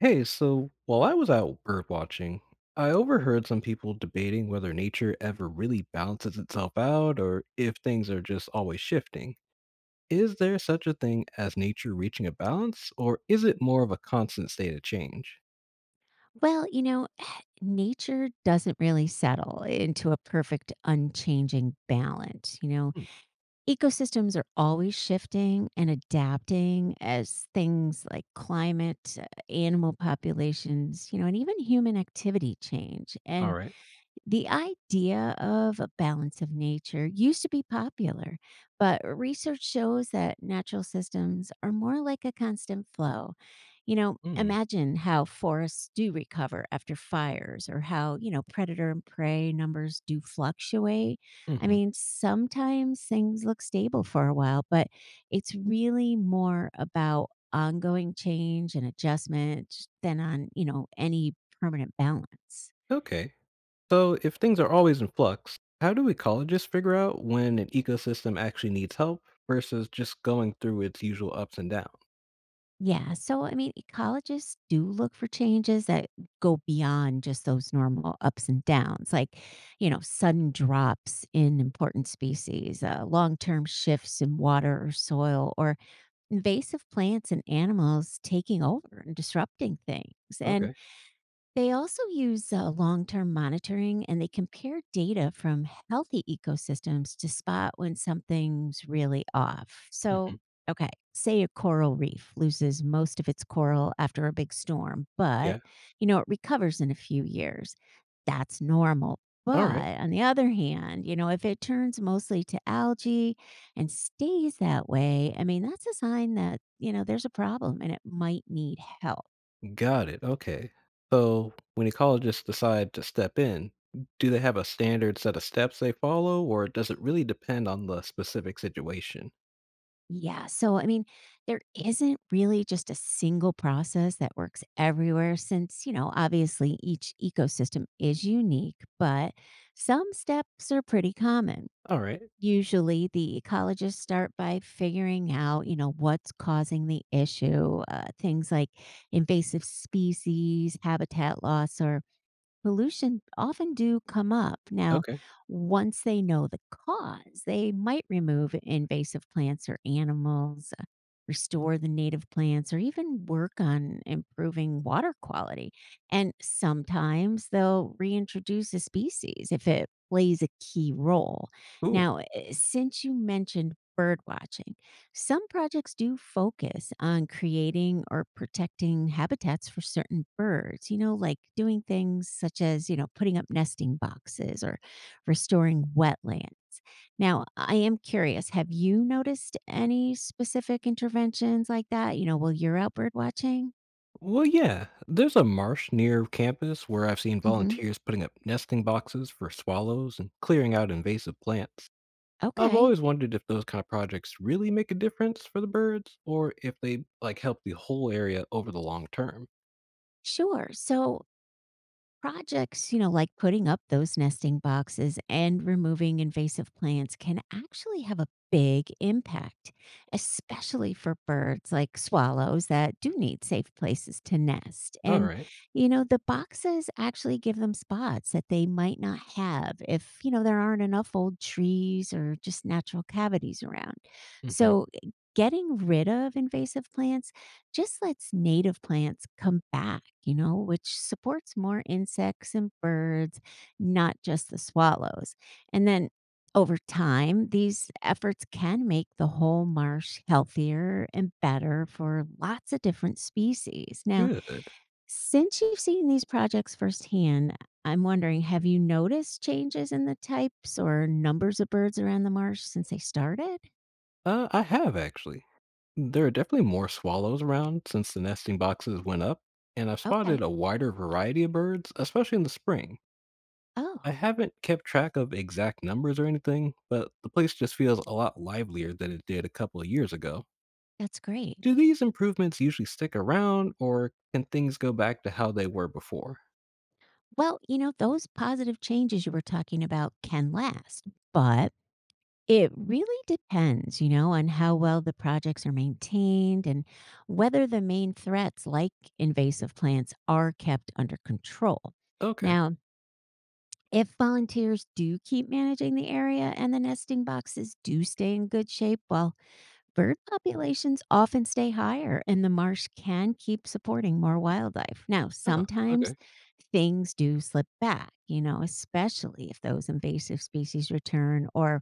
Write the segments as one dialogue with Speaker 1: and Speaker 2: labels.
Speaker 1: Hey, so while I was out bird watching, I overheard some people debating whether nature ever really balances itself out or if things are just always shifting. Is there such a thing as nature reaching a balance, or is it more of a constant state of change?
Speaker 2: Well, nature doesn't really settle into a perfect, unchanging balance.
Speaker 1: Hmm.
Speaker 2: Ecosystems are always shifting and adapting as things like climate, animal populations, and even human activity change.
Speaker 1: All
Speaker 2: And
Speaker 1: right.
Speaker 2: the idea of a balance of nature used to be popular, but research shows that natural systems are more like a constant flow.
Speaker 1: Mm.
Speaker 2: Imagine how forests do recover after fires or how, predator and prey numbers do fluctuate. I
Speaker 1: Hmm.
Speaker 2: mean, sometimes things look stable for a while, but it's really more about ongoing change and adjustment than on, any permanent balance.
Speaker 1: Okay. So if things are always in flux, how do ecologists figure out when an ecosystem actually needs help versus just going through its usual ups and downs?
Speaker 2: Yeah, so I mean, ecologists do look for changes that go beyond just those normal ups and downs, like, sudden drops in important species, long term shifts in water or soil, or invasive plants and animals taking over and disrupting things. And
Speaker 1: Okay.
Speaker 2: they also use long term monitoring and they compare data from healthy ecosystems to spot when something's really off. So,
Speaker 1: Hmm.
Speaker 2: okay, say a coral reef loses most of its coral after a big storm, but
Speaker 1: Yeah.
Speaker 2: it recovers in a few years. That's normal.
Speaker 1: All right.
Speaker 2: But on the other hand, if it turns mostly to algae and stays that way, I mean, that's a sign that, there's a problem and it might need help.
Speaker 1: Got it, okay. So, when ecologists decide to step in, do they have a standard set of steps they follow, or does it really depend on the specific situation?
Speaker 2: Yeah. So, I mean, there isn't really just a single process that works everywhere since, obviously each ecosystem is unique, but some steps are pretty common.
Speaker 1: All right,
Speaker 2: Usually, the ecologists start by figuring out, what's causing the issue. Things like invasive species, habitat loss, or pollution often do come up. Now,
Speaker 1: okay,
Speaker 2: once they know the cause, they might remove invasive plants or animals, restore the native plants, or even work on improving water quality. And sometimes they'll reintroduce a species if it plays a key role.
Speaker 1: cool.
Speaker 2: Now, since you mentioned bird watching, some projects do focus on creating or protecting habitats for certain birds, like doing things such as, putting up nesting boxes or restoring wetlands. Now, I am curious, have you noticed any specific interventions like that, while you're out bird watching?
Speaker 1: Well, yeah, there's a marsh near campus where I've seen
Speaker 2: Hmm.
Speaker 1: volunteers putting up nesting boxes for swallows and clearing out invasive plants. I've
Speaker 2: Okay,
Speaker 1: always wondered if those kind of projects really make a difference for the birds, or if they like help the whole area over the long term.
Speaker 2: sure. So, projects, like putting up those nesting boxes and removing invasive plants can actually have a big impact, especially for birds like swallows that do need safe places to nest.
Speaker 1: All
Speaker 2: And,
Speaker 1: right.
Speaker 2: the boxes actually give them spots that they might not have if, there aren't enough old trees or just natural cavities around.
Speaker 1: Mm-hmm.
Speaker 2: So, getting rid of invasive plants just lets native plants come back, which supports more insects and birds, not just the swallows. And then over time, these efforts can make the whole marsh healthier and better for lots of different species. Now,
Speaker 1: Good.
Speaker 2: since you've seen these projects firsthand, I'm wondering, have you noticed changes in the types or numbers of birds around the marsh since they started?
Speaker 1: I have actually. There are definitely more swallows around since the nesting boxes went up, and I've spotted
Speaker 2: Okay.
Speaker 1: a wider variety of birds, especially in the spring.
Speaker 2: Oh,
Speaker 1: I haven't kept track of exact numbers or anything, but the place just feels a lot livelier than it did a couple of years ago.
Speaker 2: that's great.
Speaker 1: Do these improvements usually stick around, or can things go back to how they were before?
Speaker 2: Well, those positive changes you were talking about can last, but it really depends, on how well the projects are maintained and whether the main threats like invasive plants are kept under control.
Speaker 1: Okay.
Speaker 2: Now, if volunteers do keep managing the area and the nesting boxes do stay in good shape, while bird populations often stay higher, and the marsh can keep supporting more wildlife. Now,
Speaker 1: Oh,
Speaker 2: sometimes
Speaker 1: okay.
Speaker 2: things do slip back, especially if those invasive species return or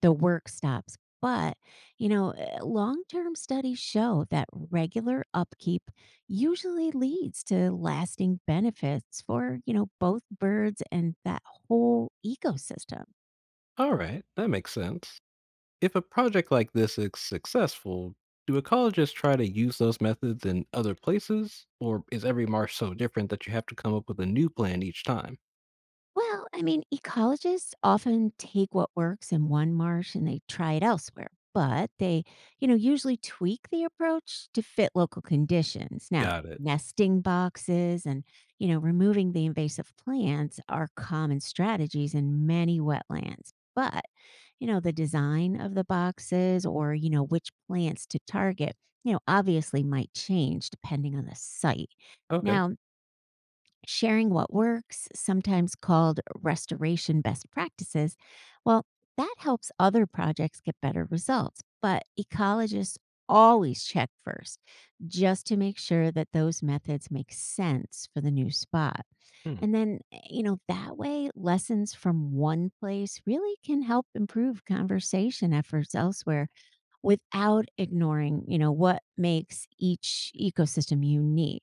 Speaker 2: the work stops. But, you know, long term studies show that regular upkeep usually leads to lasting benefits for, both birds and that whole ecosystem.
Speaker 1: All right. That makes sense. If a project like this is successful, do ecologists try to use those methods in other places, or is every marsh so different that you have to come up with a new plan each time?
Speaker 2: Well, I mean, ecologists often take what works in one marsh and they try it elsewhere, but they, usually tweak the approach to fit local conditions. Now,
Speaker 1: Got it.
Speaker 2: nesting boxes and, removing the invasive plants are common strategies in many wetlands. But, the design of the boxes or, which plants to target, obviously might change depending on the site.
Speaker 1: Okay.
Speaker 2: Now, sharing what works, sometimes called restoration best practices, well, that helps other projects get better results. But ecologists always check first just to make sure that those methods make sense for the new spot.
Speaker 1: Hmm.
Speaker 2: And then, that way lessons from one place really can help improve conservation efforts elsewhere without ignoring, what makes each ecosystem unique.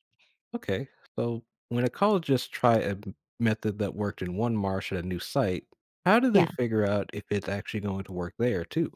Speaker 1: Okay. So when ecologists try a method that worked in one marsh at a new site, how do they
Speaker 2: Yeah,
Speaker 1: figure out if it's actually going to work there too?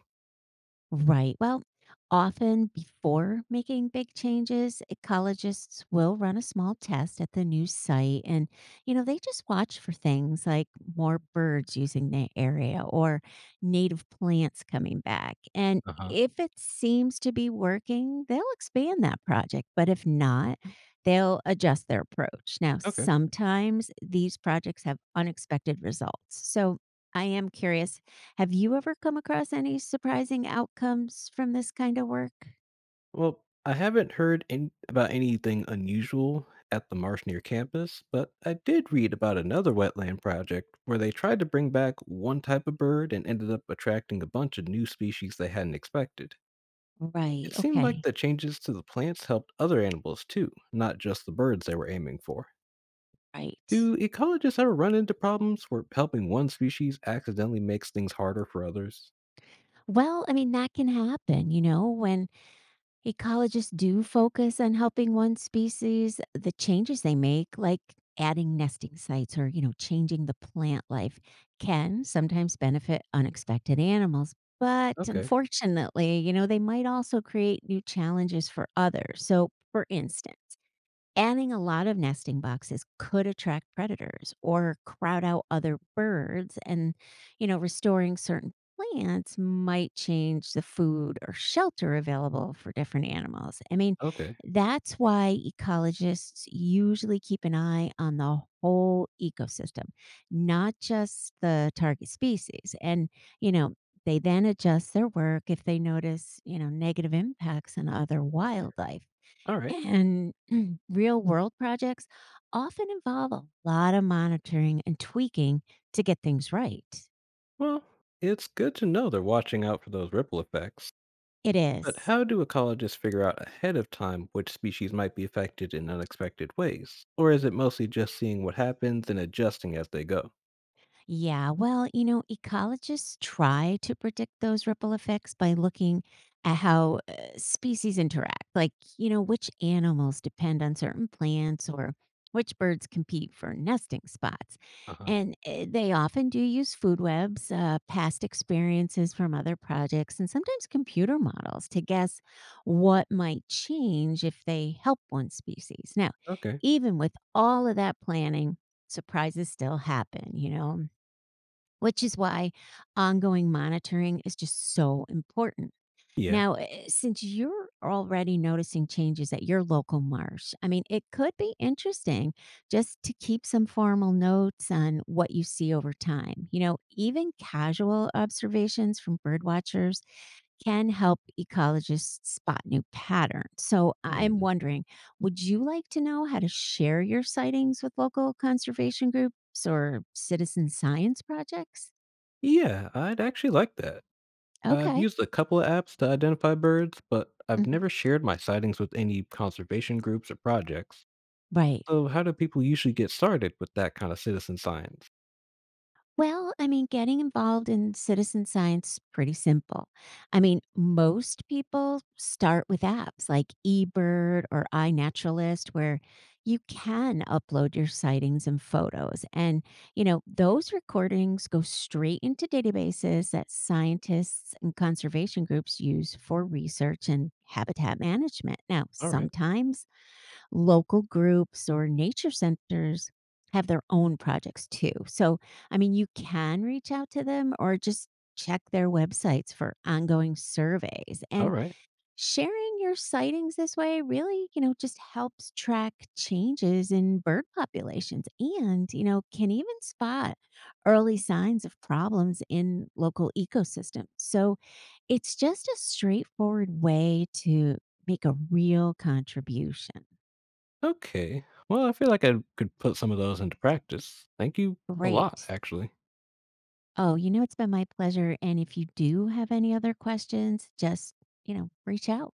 Speaker 2: Right. Well, often before making big changes, ecologists will run a small test at the new site. And, they just watch for things like more birds using the area or native plants coming back. And
Speaker 1: Uh huh.
Speaker 2: if it seems to be working, they'll expand that project. But if not, they'll adjust their approach. Now,
Speaker 1: Okay.
Speaker 2: sometimes these projects have unexpected results. So I am curious, have you ever come across any surprising outcomes from this kind of work?
Speaker 1: Well, I haven't heard any, about anything unusual at the marsh near campus, but I did read about another wetland project where they tried to bring back one type of bird and ended up attracting a bunch of new species they hadn't expected.
Speaker 2: Right.
Speaker 1: It seemed like
Speaker 2: Okay.
Speaker 1: the changes to the plants helped other animals too, not just the birds they were aiming for.
Speaker 2: Right.
Speaker 1: Do ecologists ever run into problems where helping one species accidentally makes things harder for others?
Speaker 2: Well, I mean, that can happen, when ecologists do focus on helping one species, the changes they make, like adding nesting sites or, changing the plant life, can sometimes benefit unexpected animals. But
Speaker 1: Okay,
Speaker 2: unfortunately, they might also create new challenges for others. So, for instance, adding a lot of nesting boxes could attract predators or crowd out other birds. And, restoring certain plants might change the food or shelter available for different animals. I mean,
Speaker 1: okay,
Speaker 2: that's why ecologists usually keep an eye on the whole ecosystem, not just the target species. And, you know, they then adjust their work if they notice, negative impacts on other wildlife.
Speaker 1: all right.
Speaker 2: And real world projects often involve a lot of monitoring and tweaking to get things right.
Speaker 1: Well, it's good to know they're watching out for those ripple effects.
Speaker 2: It
Speaker 1: But
Speaker 2: is.
Speaker 1: how do ecologists figure out ahead of time which species might be affected in unexpected ways? Or is it mostly just seeing what happens and adjusting as they go?
Speaker 2: Yeah, well, ecologists try to predict those ripple effects by looking at how species interact, like, which animals depend on certain plants or which birds compete for nesting spots.
Speaker 1: Uh huh.
Speaker 2: And they often do use food webs, past experiences from other projects, and sometimes computer models to guess what might change if they help one species. Now,
Speaker 1: Okay.
Speaker 2: even with all of that planning, surprises still happen, you know? Which is why ongoing monitoring is just so important.
Speaker 1: Yeah.
Speaker 2: Now, since you're already noticing changes at your local marsh, I mean, it could be interesting just to keep some formal notes on what you see over time. Even casual observations from bird watchers can help ecologists spot new patterns. So, I'm
Speaker 1: Hmm.
Speaker 2: wondering, would you like to know how to share your sightings with local conservation groups or citizen science projects?
Speaker 1: Yeah, I'd actually like that. I've
Speaker 2: Okay.
Speaker 1: used a couple of apps to identify birds, but I've
Speaker 2: Mhm.
Speaker 1: never shared my sightings with any conservation groups or projects.
Speaker 2: Right.
Speaker 1: So, how do people usually get started with that kind of citizen science?
Speaker 2: Well, I mean, getting involved in citizen science pretty simple. I mean, most people start with apps like eBird or iNaturalist where you can upload your sightings and photos. And, those recordings go straight into databases that scientists and conservation groups use for research and habitat management. Now,
Speaker 1: All right.
Speaker 2: sometimes local groups or nature centers have their own projects too. So, I mean, you can reach out to them or just check their websites for ongoing surveys.
Speaker 1: All
Speaker 2: And
Speaker 1: right.
Speaker 2: sharing your sightings this way really, just helps track changes in bird populations and, can even spot early signs of problems in local ecosystems. So, it's just a straightforward way to make a real contribution.
Speaker 1: Okay. Well, I feel like I could put some of those into practice. Thank you a lot,
Speaker 2: Great.
Speaker 1: actually.
Speaker 2: Oh, it's been my pleasure. And if you do have any other questions, just, reach out.